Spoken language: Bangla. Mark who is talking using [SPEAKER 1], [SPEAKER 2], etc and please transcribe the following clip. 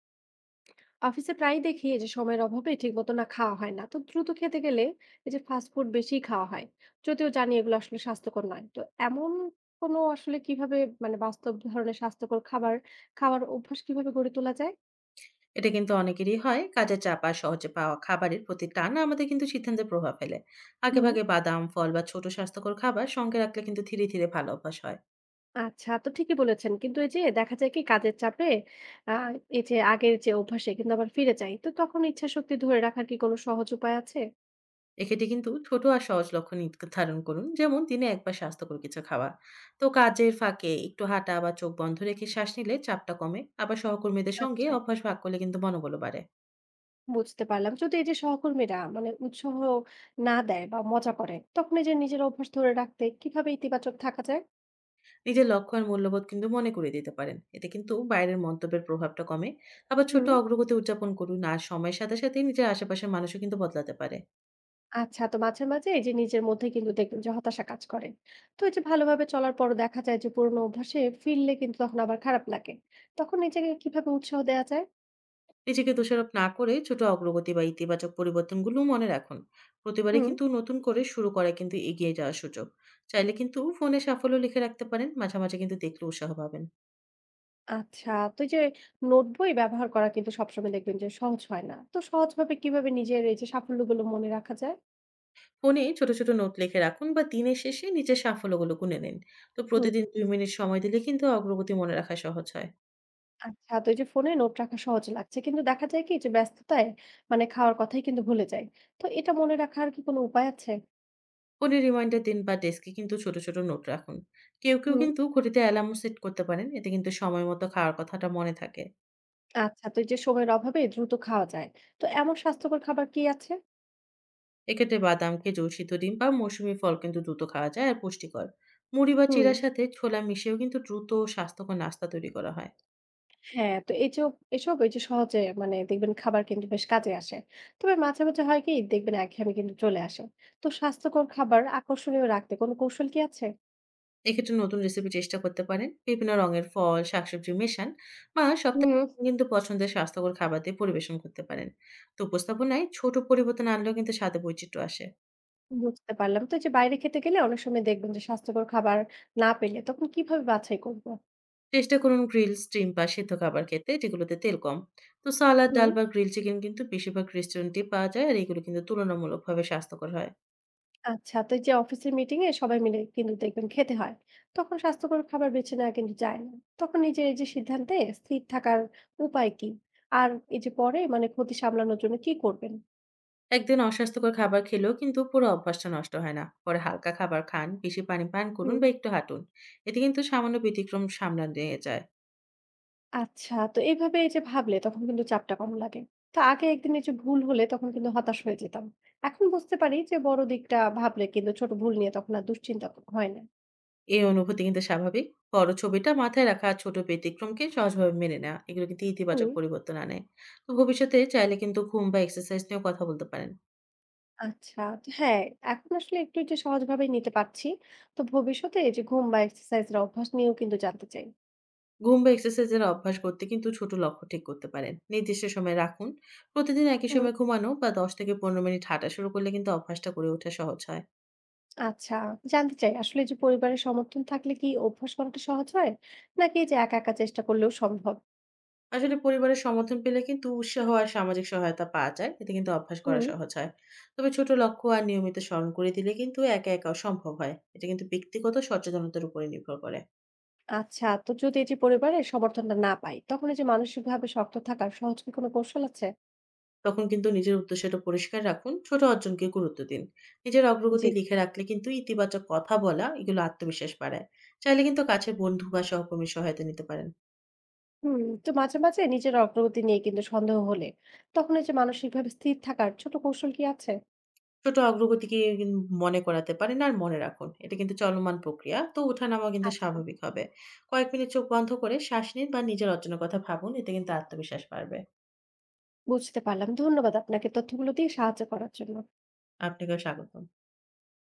[SPEAKER 1] অফিসে প্রায়ই দেখি এই যে সময়ের অভাবে ঠিক মতো না খাওয়া হয় না, তো দ্রুত খেতে গেলে এই যে ফাস্ট ফুড বেশি খাওয়া হয়, যদিও জানি এগুলো আসলে স্বাস্থ্যকর নয়। তো এমন কোনো আসলে কিভাবে, মানে বাস্তব ধরনের স্বাস্থ্যকর খাবার খাওয়ার অভ্যাস কিভাবে গড়ে তোলা যায়?
[SPEAKER 2] এটা কিন্তু অনেকেরই হয়। কাজের চাপ আর সহজে পাওয়া খাবারের প্রতি টান আমাদের কিন্তু সিদ্ধান্তে প্রভাব ফেলে।
[SPEAKER 1] হুম।
[SPEAKER 2] আগেভাগে বাদাম, ফল বা ছোট স্বাস্থ্যকর খাবার সঙ্গে রাখলে কিন্তু ধীরে, ধীরে ভালো অভ্যাস হয়।
[SPEAKER 1] আচ্ছা, তো ঠিকই বলেছেন, কিন্তু এই যে দেখা যায় কি কাজের চাপে আহ এই যে আগের যে অভ্যাসে কিন্তু আবার ফিরে যায়, তো তখন ইচ্ছা শক্তি ধরে রাখার কি কোনো সহজ উপায় আছে?
[SPEAKER 2] এক্ষেত্রে কিন্তু ছোট আর সহজ লক্ষ্য নির্ধারণ করুন। যেমন দিনে একবার স্বাস্থ্যকর কিছু খাওয়া। তো কাজের ফাঁকে একটু হাঁটা বা চোখ বন্ধ রেখে শ্বাস নিলে চাপটা কমে। আবার সহকর্মীদের সঙ্গে
[SPEAKER 1] আচ্ছা,
[SPEAKER 2] অভ্যাস ভাগ করলে কিন্তু মনোবলও বাড়ে।
[SPEAKER 1] বুঝতে পারলাম। যদি এই যে সহকর্মীরা মানে উৎসাহ না দেয় বা মজা করে, তখন এই যে নিজের অভ্যাস ধরে রাখতে কিভাবে ইতিবাচক থাকা যায়?
[SPEAKER 2] নিজের লক্ষ্য আর মূল্যবোধ কিন্তু মনে করিয়ে দিতে পারেন, এতে কিন্তু বাইরের মন্তব্যের প্রভাবটা কমে। আবার ছোট
[SPEAKER 1] হুম।
[SPEAKER 2] অগ্রগতি উদযাপন করুন, আর সময়ের সাথে সাথে নিজের আশেপাশের মানুষও কিন্তু বদলাতে পারে।
[SPEAKER 1] আচ্ছা, তো মাঝে মাঝে এই যে নিজের মধ্যে কিন্তু দেখবেন যে হতাশা কাজ করে। তো এই যে ভালোভাবে চলার পরও দেখা যায় যে পুরোনো অভ্যাসে ফিরলে কিন্তু তখন আবার খারাপ লাগে। তখন নিজেকে কিভাবে উৎসাহ দেওয়া যায়?
[SPEAKER 2] নিজেকে দোষারোপ না করে ছোট অগ্রগতি বা ইতিবাচক পরিবর্তনগুলো মনে রাখুন। প্রতিবারে
[SPEAKER 1] হুম।
[SPEAKER 2] কিন্তু নতুন করে শুরু করা কিন্তু এগিয়ে যাওয়ার সুযোগ। চাইলে কিন্তু ফোনে সাফল্য লিখে রাখতে পারেন, মাঝে মাঝে কিন্তু দেখলে উৎসাহ পাবেন।
[SPEAKER 1] আচ্ছা, তো এই যে নোটবই ব্যবহার করা কিন্তু সবসময় দেখবেন যে সহজ হয় না। তো সহজভাবে কিভাবে নিজের এই যে সাফল্যগুলো মনে রাখা যায়?
[SPEAKER 2] ফোনে ছোট ছোট নোট লিখে রাখুন বা দিনের শেষে নিজের সাফল্যগুলো গুনে নিন। তো
[SPEAKER 1] হুম।
[SPEAKER 2] প্রতিদিন 2 মিনিট সময় দিলে কিন্তু অগ্রগতি মনে রাখা সহজ হয়।
[SPEAKER 1] আচ্ছা, তো এই যে ফোনে নোট রাখা সহজ লাগছে, কিন্তু দেখা যায় কি যে ব্যস্ততায় মানে খাওয়ার কথাই কিন্তু ভুলে যায়। তো এটা মনে রাখার কি কোনো উপায় আছে?
[SPEAKER 2] ফোনে রিমাইন্ডার দিন বা ডেস্কে কিন্তু ছোট, ছোট নোট রাখুন। কেউ, কেউ
[SPEAKER 1] হুম।
[SPEAKER 2] কিন্তু ঘড়িতে অ্যালার্মও সেট করতে পারেন। এতে কিন্তু সময় মতো খাওয়ার কথাটা মনে থাকে।
[SPEAKER 1] আচ্ছা, তো এই যে সময়ের অভাবে দ্রুত খাওয়া যায়, তো এমন স্বাস্থ্যকর খাবার কি আছে?
[SPEAKER 2] এক্ষেত্রে বাদাম, খেজুর, সিদ্ধ ডিম বা মৌসুমী ফল কিন্তু দ্রুত খাওয়া যায় আর পুষ্টিকর। মুড়ি বা
[SPEAKER 1] হুম,
[SPEAKER 2] চিড়ার সাথে ছোলা মিশিয়েও কিন্তু দ্রুত ও স্বাস্থ্যকর নাস্তা তৈরি করা হয়।
[SPEAKER 1] হ্যাঁ। তো এই যে এসব এই যে সহজে মানে দেখবেন খাবার কিন্তু বেশ কাজে আসে। তবে মাঝে মাঝে হয় কি দেখবেন একঘেয়েমি কিন্তু চলে আসে। তো স্বাস্থ্যকর খাবার আকর্ষণীয় রাখতে কোনো কৌশল কি আছে?
[SPEAKER 2] এক্ষেত্রে নতুন রেসিপি চেষ্টা করতে পারেন। বিভিন্ন রঙের ফল, শাকসবজি মেশান বা সপ্তাহে
[SPEAKER 1] হুম।
[SPEAKER 2] একদিন কিন্তু পছন্দের স্বাস্থ্যকর খাবার দিয়ে পরিবেশন করতে পারেন। তো উপস্থাপনায় ছোট পরিবর্তন আনলেও কিন্তু স্বাদে বৈচিত্র্য আসে।
[SPEAKER 1] বুঝতে পারলাম। তো এই যে বাইরে খেতে গেলে অনেক সময় দেখবেন যে স্বাস্থ্যকর খাবার না পেলে তখন কিভাবে বাছাই করব?
[SPEAKER 2] চেষ্টা করুন গ্রিল, স্টিম বা সিদ্ধ খাবার খেতে যেগুলোতে তেল কম। তো সালাদ, ডাল
[SPEAKER 1] হুম।
[SPEAKER 2] বা গ্রিল চিকেন কিন্তু বেশিরভাগ রেস্টুরেন্টেই পাওয়া যায়, আর এগুলো কিন্তু তুলনামূলকভাবে স্বাস্থ্যকর হয়।
[SPEAKER 1] আচ্ছা, তো এই যে অফিসের মিটিং এ সবাই মিলে কিন্তু দেখবেন খেতে হয়, তখন স্বাস্থ্যকর খাবার বেছে নেওয়া কিন্তু যায় না। তখন নিজের এই যে সিদ্ধান্তে স্থির থাকার উপায় কি? আর এই যে পরে মানে ক্ষতি সামলানোর জন্য কি করবেন?
[SPEAKER 2] একদিন অস্বাস্থ্যকর খাবার খেলেও কিন্তু পুরো অভ্যাসটা নষ্ট হয় না। পরে হালকা খাবার খান, বেশি পানি পান করুন
[SPEAKER 1] হুম।
[SPEAKER 2] বা একটু হাঁটুন। এতে কিন্তু সামান্য ব্যতিক্রম সামলা নিয়ে যায়।
[SPEAKER 1] আচ্ছা, তো এইভাবে এই যে ভাবলে তখন কিন্তু চাপটা কম লাগে। তো আগে একদিন এই যে ভুল হলে তখন কিন্তু হতাশ হয়ে যেতাম। এখন বুঝতে পারি যে বড় দিকটা ভাবলে কিন্তু ছোট ভুল নিয়ে তখন আর দুশ্চিন্তা হয় না।
[SPEAKER 2] এই অনুভূতি কিন্তু স্বাভাবিক। বড় ছবিটা মাথায় রাখা আর ছোট ব্যতিক্রমকে সহজভাবে মেনে নেওয়া। এগুলো কিন্তু ইতিবাচক পরিবর্তন আনে। তো ভবিষ্যতে চাইলে কিন্তু ঘুম বা এক্সারসাইজ নিয়েও কথা বলতে পারেন।
[SPEAKER 1] আচ্ছা, তো হ্যাঁ, এখন আসলে একটু যে সহজভাবেই নিতে পারছি। তো ভবিষ্যতে এই যে ঘুম বা এক্সারসাইজ এর অভ্যাস নিয়েও কিন্তু জানতে চাই।
[SPEAKER 2] ঘুম বা এক্সারসাইজের অভ্যাস করতে কিন্তু ছোট লক্ষ্য ঠিক করতে পারেন, নির্দিষ্ট সময় রাখুন। প্রতিদিন একই
[SPEAKER 1] হুম।
[SPEAKER 2] সময় ঘুমানো বা 10 থেকে 15 মিনিট হাঁটা শুরু করলে কিন্তু অভ্যাসটা করে ওঠা সহজ হয়।
[SPEAKER 1] আচ্ছা, জানতে চাই আসলে যে পরিবারের সমর্থন থাকলে কি অভ্যাস করাটা সহজ হয়? নাকি এই যে একা একা চেষ্টা করলেও সম্ভব?
[SPEAKER 2] আসলে পরিবারের সমর্থন পেলে কিন্তু উৎসাহ আর সামাজিক সহায়তা পাওয়া যায়, এতে কিন্তু অভ্যাস করা
[SPEAKER 1] হুম।
[SPEAKER 2] সহজ হয়। তবে ছোট লক্ষ্য আর নিয়মিত স্মরণ করে দিলে কিন্তু একা একাও সম্ভব হয়। এটা কিন্তু ব্যক্তিগত সচেতনতার উপরে নির্ভর করে।
[SPEAKER 1] আচ্ছা, তো যদি এই যে পরিবারের সমর্থনটা না পাই, তখন এই যে মানসিকভাবে শক্ত থাকার সহজ কি কোনো কৌশল আছে?
[SPEAKER 2] তখন কিন্তু নিজের উদ্দেশ্যটা পরিষ্কার রাখুন, ছোট অর্জনকে গুরুত্ব দিন। নিজের
[SPEAKER 1] জি।
[SPEAKER 2] অগ্রগতি লিখে রাখলে কিন্তু ইতিবাচক কথা বলা, এগুলো আত্মবিশ্বাস বাড়ায়। চাইলে কিন্তু কাছের বন্ধু বা সহকর্মীর সহায়তা নিতে পারেন।
[SPEAKER 1] হুম, তো মাঝে মাঝে নিজের অগ্রগতি নিয়ে কিন্তু সন্দেহ হলে, তখন এই যে মানসিকভাবে স্থির থাকার ছোট কৌশল কি আছে?
[SPEAKER 2] ছোট অগ্রগতিকে মনে করাতে পারেন, আর মনে রাখুন, এটা কিন্তু চলমান প্রক্রিয়া, তো ওঠানামা কিন্তু
[SPEAKER 1] আচ্ছা।
[SPEAKER 2] স্বাভাবিক হবে। কয়েক মিনিট চোখ বন্ধ করে শ্বাস নিন বা নিজের অর্জনের কথা ভাবুন, এতে কিন্তু আত্মবিশ্বাস বাড়বে।
[SPEAKER 1] বুঝতে পারলাম। ধন্যবাদ আপনাকে তথ্যগুলো দিয়ে সাহায্য করার জন্য।
[SPEAKER 2] আপনাকেও স্বাগতম।